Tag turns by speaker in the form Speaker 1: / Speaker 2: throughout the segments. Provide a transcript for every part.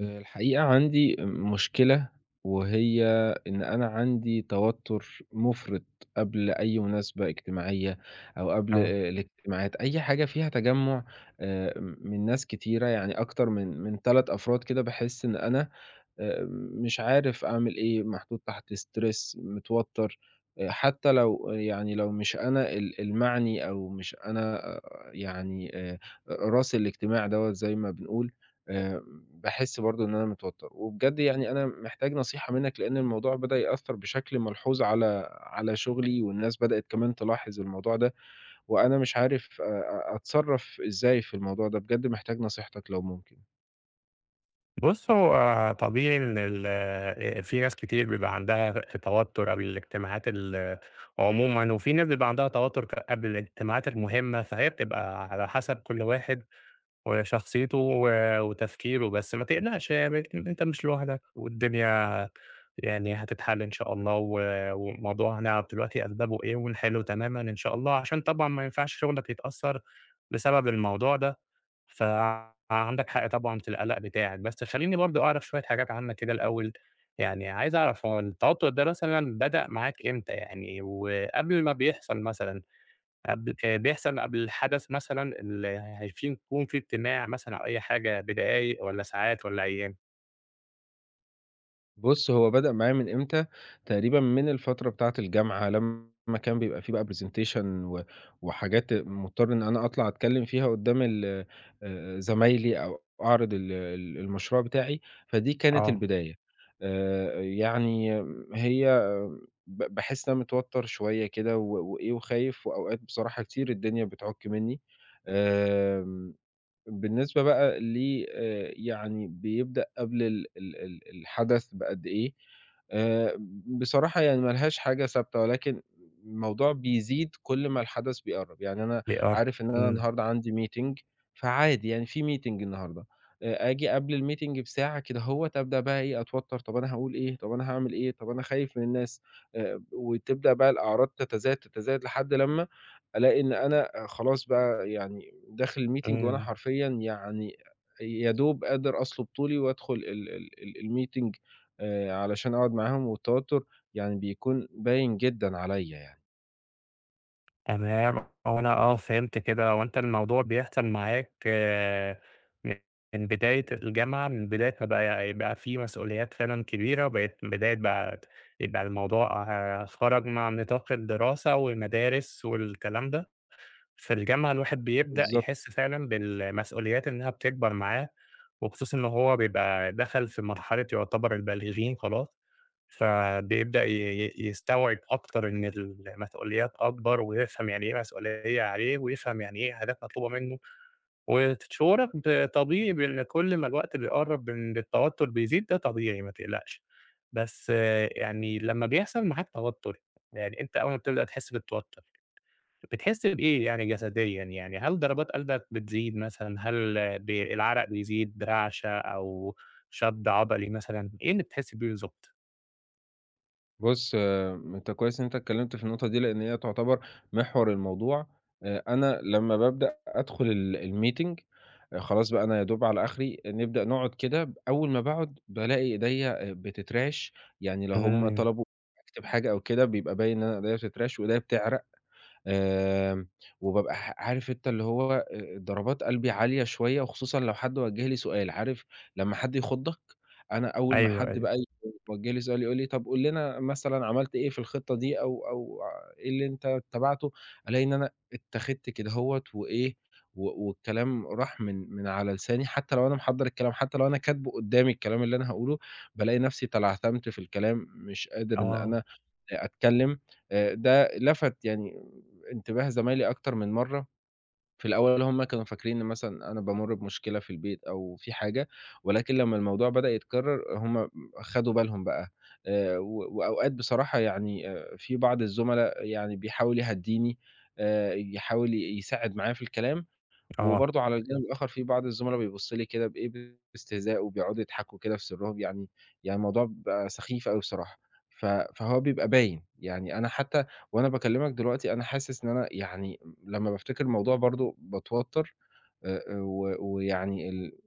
Speaker 1: الحقيقة عندي مشكلة، وهي إن أنا عندي توتر مُفرط قبل أي مناسبة اجتماعية أو قبل
Speaker 2: آه.
Speaker 1: الاجتماعات، أي حاجة فيها تجمُّع من ناس كتيرة، يعني أكتر من 3 أفراد كده باحس إن أنا آآ مش عارف أعمل إيه، محطوط تحت stress متوتّر، حتّى لو يعني لو مش أنا المعني أو مش أنا يعني راس الاجتماع دوّة زي ما بنقول، آآ باحس برضه إن أنا متوتّر. وبجد يعني أنا محتاج نصيحة منّك لإن الموضوع بدأ يأثّر بشكل ملحوظ على شُغلي والناس بدأت كمان تلاحظ الموضوع ده وأنا مش عارف أ أ أتصرّف إزاي في الموضوع ده، بجد محتاج نصيحتك لو ممكن.
Speaker 2: بُص، هو طبيعي إن ال في ناس كتير بيبقى عندها توتُّر قبل الاجتماعات عمومًا، وفي ناس بيبقى عندها توتُّر قبل الاجتماعات المهمة، فهي بتبقى على حسب كل واحد وشخصيته وتفكيره بس ما تقلقش يعني أنت مش لوحدك والدنيا يعني هتتحل إن شاء الله والموضوع هنعرف دلوقتي أسبابه إيه ونحله تمامًا إن شاء الله، عشان طبعًا ما ينفعش شغلك يتأثّر بسبب الموضوع ده، فعندك حق طبعًا في القلق بتاعك. بس خلّيني برضه أعرف شوية حاجات عنك كده الأول، يعني عايز أعرف هو التوتر ده مثلًا بدأ معاك إمتى يعني وقبل ما بيحصل مثلًا؟ قبل بيحصل قبل الحدث مثلًا ال هي في يكون في اجتماع مثلًا أو أي حاجة بدقايق والّا ساعات والّا أيام؟
Speaker 1: بُص، هو بدأ معايا من إمتى، تقريبًا من الفترة بتاعة الجامعة لمّا كان بيبقى في بقى presentation و وحاجات مضطر إن أنا أطلع أتكلّم فيها قدّام ال زمايلي أو أعرض ال المشروع بتاعي، فدي كانت
Speaker 2: آه.
Speaker 1: البداية. يعني هي باحس إن أنا متوتّر شوية كده و وإيه وخايف وأوقات بصراحة كتير الدنيا بتعُك منّي. آمم بالنسبة بقى ليه يعني بيبدأ قبل ال الحدث بقد إيه، آآ، بصراحة يعني ما لهاش حاجة ثابتة، ولكن الموضوع بيزيد كل ما الحدث بيقرّب، يعني أنا
Speaker 2: بيقط
Speaker 1: عارف إن أنا
Speaker 2: إمم.
Speaker 1: النهارده عندي meeting فعادي يعني في meeting النهارده، آجي قبل الmeeting بساعة كدهوّة أبدأ بقى إيه أتوتر، طَب أنا هاقول إيه، طَب أنا هاعمل إيه، طَب أنا خايف من الناس، وتبدأ بقى الأعراض تتزايد، تتزايد لحد لمّا ألاقي إن أنا خلاص بقى يعني داخل الmeeting وأنا
Speaker 2: إمم.
Speaker 1: حرفيًا يعني يا دوب قادر أصلب طولي وأدخل ال الmeeting علشان أقعد معاهم، والتوتر يعني بيكون باين جدًا عليّا يعني.
Speaker 2: تمام، هو أنا فهمت كده، هو أنت الموضوع بيحصل معاك م من بداية الجامعة، من بداية ما يبقى في مسؤوليات فعلًا كبيرة، وبقيت من بداية يبقى الموضوع خرج مع نطاق الدراسة والمدارس والكلام ده؟ في الجامعة الواحد بيبدأ
Speaker 1: بالضبط.
Speaker 2: يحس فعلًا بالمسؤوليات إنها بتكبر معاه، وخصوصًا إن هو بيبقى دخل في مرحلة يعتبر البالغين خلاص، فبيبدأ ي ي يستوعب أكتر إن المسؤوليات أكبر، ويفهم يعني إيه مسؤولية عليه، ويفهم يعني إيه حاجات مطلوبة منه، وشعورك طبيعي بإن كل ما الوقت بيقرب إن التوتر بيزيد ده طبيعي ما تقلقش، بس آه، يعني لمّا بيحصل معاك توتر، يعني إمتى أول ما بتبدأ تحس بالتوتر؟ بتحس بإيه يعني جسديًا يعني، هل ضربات قلبك بتزيد مثلًا، هل العرق بيزيد، رعشة أو شد عضلي مثلًا، إيه اللي بتحس بيه بالضبط؟
Speaker 1: بُص، آه، أنت كويس إن أنت اتكلمت في النقطة دي، لأن هي تعتبر محور الموضوع. أنا لمّا بابدأ أدخل الmeeting خلاص بقى أنا يا دوب على آخري، نبدأ نقعد كده، أول ما باقعد بالاقي إيديّا بتترعش، يعني لو هُم
Speaker 2: إمم.
Speaker 1: طلبوا أكتب حاجة أو كده، بيبقى باين إن أنا إيديّا بتترعش وإيديّا بتعرق. آمم، وبابقى عارف أنت اللي هو ضربات قلبي عالية شوية، وخصوصًا لو حد وجّه لي سؤال، عارف لمّا حد يخضك؟ أنا أول ما
Speaker 2: أيوه،
Speaker 1: حد
Speaker 2: أيوه.
Speaker 1: بقى يوجّه لي سؤال يقول لي: "طب قُل لنا مثلًا عملت إيه في الخطة دي أو إيه اللي أنت اتّبعته؟" ألاقي إن أنا اتّخدت كدهوّة وإيه، و والكلام راح من على لساني، حتى لو أنا محضّر الكلام، حتى لو أنا كاتبه قدّامي الكلام اللي أنا هاقوله، بالاقي نفسي تلعثمت في الكلام، مش قادر إن
Speaker 2: آه.
Speaker 1: أنا أتكلّم ده لَفَت يعني انتباه زمايلي أكتر من مرّة، في الأول هُم كانوا فاكرين إن مثلًا أنا بامُر بمشكلة في البيت أو في حاجة، ولكن لمّا الموضوع بدأ يتكرر هُم خدوا بالهم بقى وأوقات بصراحة يعني في بعض الزملا يعني بيحاول يهدّيني يحاول يساعد معايا في الكلام،
Speaker 2: آه.
Speaker 1: وبرضه على الجانب الآخر في بعض الزملا بيبُصّ لي كده بإيه، باستهزاء وبيقعدوا يضحكوا كده في سرّهم يعني الموضوع بيبقى سخيف أوي بصراحة، فهو بيبقى باين، يعني أنا حتى وأنا باكلّمك دلوقتي أنا حاسس إن أنا يعني لمّا بافتكر الموضوع برضه باتوتّر ويعني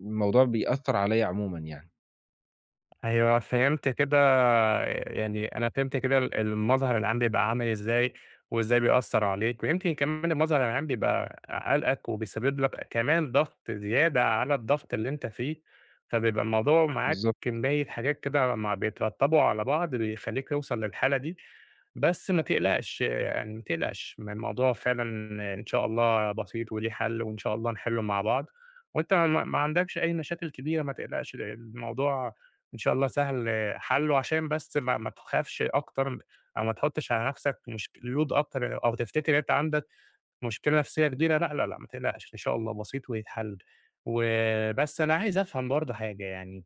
Speaker 1: الموضوع بيأثّر عليَّ عمومًا يعني،
Speaker 2: أيوه فهمت كده يعني أنا فهمت كده المظهر العام بيبقى عامل إزاي، وإزاي بيأثّر عليك، ويمكن كمان المظهر العام بيبقى قلقك وبيسبب لك كمان ضغط زيادة على الضغط اللي أنت فيه، فبيبقى الموضوع معاك
Speaker 1: بالضبط.
Speaker 2: كمية حاجات كده مع بيترتبوا على بعض بيخلّيك توصل للحالة دي، بس ما تقلقش يعني ما تقلقش، الموضوع فعلًا إن شاء الله بسيط وليه حل وإن شاء الله نحلّه مع بعض، وأنت ما عندكش أي مشاكل كبيرة ما تقلقش، الموضوع إن شاء الله سهل آه، حَلُّه عشان بس ما تخافش أكتر أو ما تحُطّش على نَفْسك load أكتر أو تفتكر إن أنت عندك مشكلة نفسيّة كبيرة، لأ، لأ، لأ، ما تقلقش إن شاء الله بسيط وهيتحَل. وبس أنا عايز أفهم برضه حاجة يعني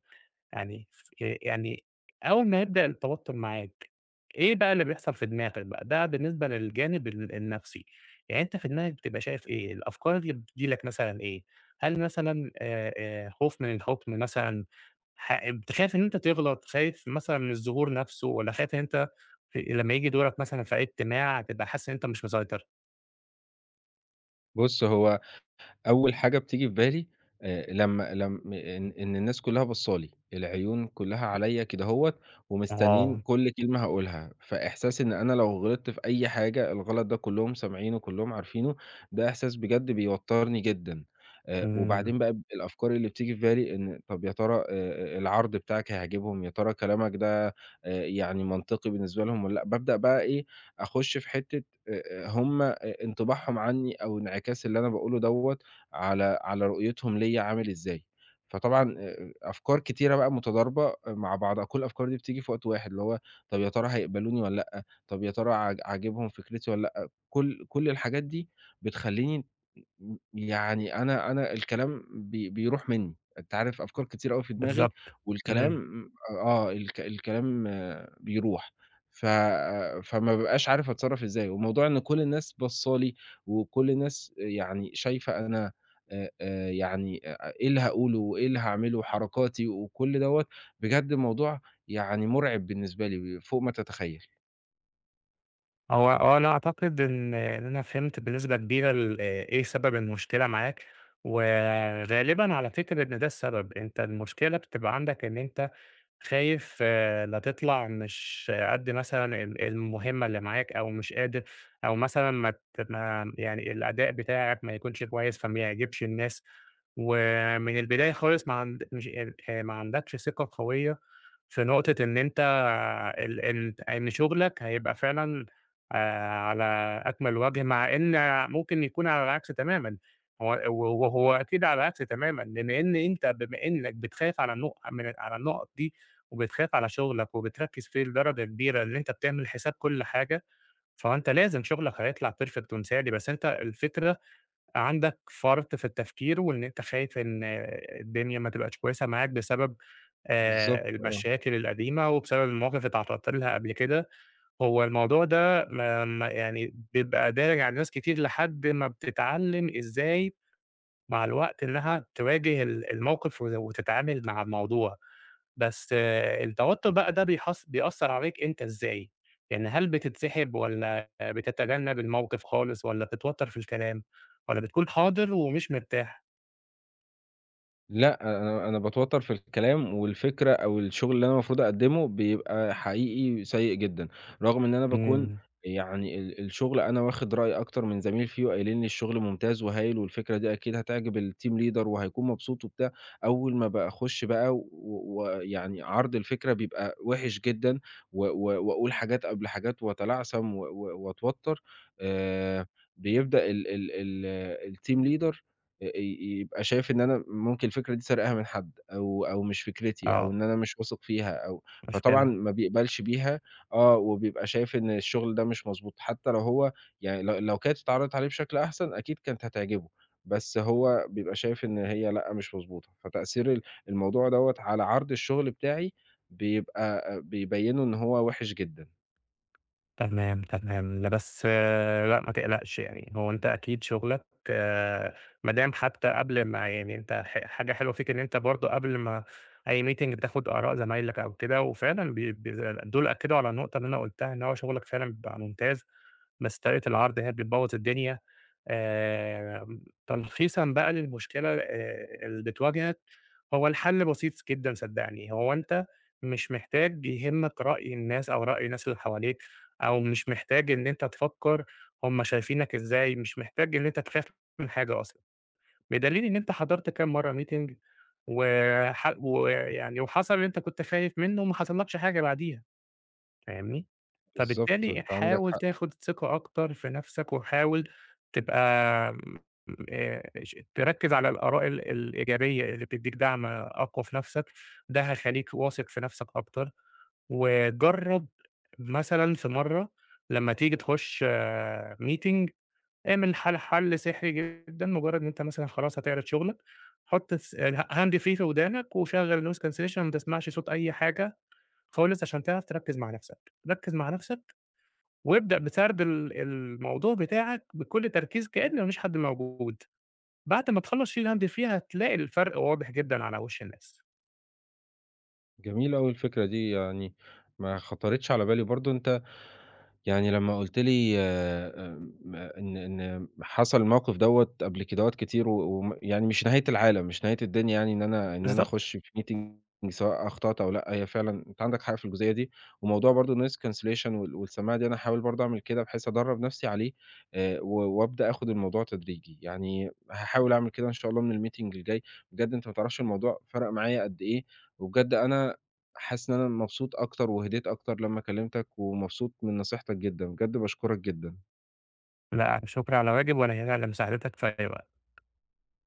Speaker 2: يعني ي يعني أول ما يبدأ التوتر معاك، إيه بقى اللي بيحصل في دماغك بقى؟ ده بالنسبة للجانب النفسي، يعني أنت في دماغك بتبقى شايف إيه؟ الأفكار اللي بتيجي لك مثلًا إيه؟ هل مثلًا خوف من الحكم مثلًا، ح بت خايف إن أنت تغلط، خايف مثلًا من الظهور نفسه، والّا خايف إن أنت لمّا ييجي دورك مثلًا في أي اجتماع تبقى حاسس إن أنت مش مسيطر؟
Speaker 1: بُص هو أول حاجة بتيجي في بالي لمّا لم إن الناس كلّها باصّة لي، العيون كلّها عليّا كدهوّة ومستنيين
Speaker 2: آه.
Speaker 1: كل كلمة هاقولها، فإحساس إن أنا لو غلطت في أي حاجة الغلط ده كلّهم سامعينه، كلّهم عارفينه، ده إحساس بجد بيوتّرني جدًا.
Speaker 2: إمم.
Speaker 1: وبعدين بقى الأفكار اللي بتيجي في بالي إن طَب يا ترى العرض بتاعك هيعجبهم، يا ترى كلامك ده يعني منطقي بالنسبة لهم والّا لأ، بابدأ بقى إيه، أخُش في حتّة هم انطباعهم عني أو انعكاس اللي أنا باقوله دوّة على رؤيتهم ليّا عامل إزاي. فطبعًا أفكار كتيرة بقى متضاربة مع بعضها، كل الأفكار دي بتيجي في وقت واحد، اللي هو طَب يا ترى هيقبلوني والّا لأ، طَب يا ترى عاجبهم فكرتي والّا لأ، كل الحاجات دي بتخلّيني يعني أنا الكلام بيروح منّي، أنت عارف أفكار كتير أوي في دماغي
Speaker 2: بالضبط.
Speaker 1: والكلام
Speaker 2: إمم.
Speaker 1: الكلام بيروح، ف فما بابقاش عارف أتصرّف إزاي، وموضوع إن كل الناس باصّة لي وكل الناس يعني شايفة أنا يعني إيه اللي هاقوله وإيه اللي هاعمله وحركاتي وكل دوّة، بجد الموضوع يعني مُرعب بالنسبة لي فوق ما تتخيّل.
Speaker 2: هو أنا أعتقد إن أنا فهمت بنسبة كبيرة ال آه، إيه سبب المشكلة معاك، وغالبًا على فكرة إن ده السبب، أنت المشكلة بتبقى عندك إن أنت خايف آه، لا تطلع مش قد مثلًا المهمة اللي معاك أو مش قادر، أو مثلًا ما يعني الأداء بتاعك ما يكونش كويس فما يعجبش الناس، ومن البداية خالص ما عندكش ثقة قوية في نقطة إن أنت ال إن إن شغلك هيبقى فعلًا على أكمل وجه، مع إن ممكن يكون على العكس تمامًا، هو أكيد على العكس تمامًا، بما إن أنت بما إنك بتخاف على النقط دي، وبتخاف على شغلك، وبتركز فيه لدرجة كبيرة إن أنت بتعمل حساب كل حاجة، فأنت لازم شغلك هيطلع perfect ومثالي، بس أنت الفكرة عندك فرط في التفكير، وإن أنت خايف إن الدنيا ما تبقاش كويسة معاك بسبب
Speaker 1: بالضبط آه.
Speaker 2: المشاكل القديمة، وبسبب المواقف اللي اتعرّضت لها قبل كده، هو الموضوع ده ما ما يعني بيبقى داير على ناس كتير لحد ما بتتعلّم إزاي مع الوقت إنها تواجه الموقف وتتعامل مع الموضوع. بس آه، التوتر بقى ده بيأثّر عليك أنت إزاي؟ يعني هل بتتسحب والّا بتتجنب الموقف خالص والّا بتتوتر في الكلام والّا بتكون حاضر ومش مرتاح؟
Speaker 1: لأ، أنا باتوتّر في الكلام، والفكرة أو الشغل اللي أنا المفروض أقدّمه بيبقى حقيقي سيء جدًا، رغم إن أنا باكون
Speaker 2: إمم.
Speaker 1: يعني الشغل أنا واخد رأي أكتر من زميل فيه وقايلين لي الشغل ممتاز وهايل والفكرة دي أكيد هتعجب الteam leader وهيكون مبسوط وبتاع، أول ما باخُش بقى ويعني عرض الفكرة بيبقى وِحِش جدًا و و وأقول حاجات قبل حاجات وأتلعثم و و وأتوتّر، آآ بيبدأ ال الteam leader يبقى شايف إن أنا ممكن الفكرة دي سارقها من حد أو مش فكرتي أو
Speaker 2: آه.
Speaker 1: إن أنا مش واثق فيها أو فطبعًا
Speaker 2: مشكلة.
Speaker 1: ما بيقبلش بيها آه، وبيبقى شايف إن الشغل ده مش مضبوط، حتى لو هو يعني لو كانت اتعرضت عليه بشكل أحسن أكيد كانت هتعجبه، بس هو بيبقى شايف إن هي لأ، مش مضبوطة، فتأثير الموضوع دوّة على عرض الشغل بتاعي بيبقى بيبيّنه إن هو وِحِش جدًا.
Speaker 2: تمام، تمام، لأ بس آه، لأ ما تقلقش يعني، هو أنت أكيد شغلك آه، ما دام حتى قبل ما يعني أنت حاجة حلوة فيك إن أنت برضه قبل ما أي meeting بتاخد آراء زمايلك أو كده، وفعلًا بي بي دول أكدوا على النقطة اللي أنا قُلتها، إن هو شغلك فعلًا بيبقى ممتاز. مسألة العرض هي اللي بتبوّظ الدنيا. آآ تلخيصًا بقى للمشكلة اللي بتواجهك، هو الحل بسيط جدًا صدّقني، هو أنت مش محتاج يهمك رأي الناس أو رأي الناس اللي حواليك، أو مش محتاج إن أنت تفكّر هم شايفينك إزاي، مش محتاج إن أنت تخاف من حاجة أصلًا، بدليل إن أنت حضرت كام مرّة meeting وح ويعني وحصل اللي أنت كنت خايف منه وما حصلكش حاجة بعديها. فاهمني؟
Speaker 1: بالضبط، أنت
Speaker 2: فبالتالي
Speaker 1: عندك
Speaker 2: حاول
Speaker 1: حق.
Speaker 2: تاخد ثقة أكتر في نفسك، وحاول تبقى م ش تركّز على الآراء الإيجابية اللي بتدّيك دعم أقوى في نفسك، ده هيخلّيك واثق في نفسك أكتر، وجرّب مثلًا في مرّة لمّا تيجي تخش meeting اعمل حل سحري جدًا، مجرّد إن أنت مثلًا خلاص هتعرض شغلك، حُط الس الh hand free في ودانك وشغّل noise cancellation ما تسمعش صوت أي حاجة خالص عشان تعرف تركّز مع نَفْسك، ركّز مع نَفْسك وابدأ بسرد الموضوع بتاعك بكل تركيز كإن ما فيش حد موجود، بعد ما تخلّص شيل هَم فيها هتلاقي الفرق واضح جدًا على وِش الناس.
Speaker 1: جميلة أوي الفكرة دي، يعني ما خطرتش على بالي برضه. أنت يعني لمّا قُلت لي إن حصل الموقف دوّة قبل كدهوّة كتير و وم يعني مش نهاية العالم، مش نهاية الدنيا يعني إن أنا
Speaker 2: بالضبط،
Speaker 1: أخُش في meeting سواء أخطأت أو لأ، هي فعلًا أنت عندك حق في الجزئية دي، وموضوع برضه الnoise cancellation والسماعة دي أنا هاحاول برضه أعمل كده بحيث أدرّب نَفْسي عليه وأبدأ آخُد الموضوع تدريجي، يعني هاحاول أعمل كده إن شاء الله من الmeeting الجاي، بجد أنت ما تعرفش الموضوع فرَق معايا قد إيه، وبجد أنا حاسس إن أنا مبسوط أكتر وهديت أكتر لمّا كلمتك، ومبسوط من نصيحتك جدًا، بجد باشكرك جدًا.
Speaker 2: لا شكر على واجب، وأنا هنا لمساعدتك في أي وقت.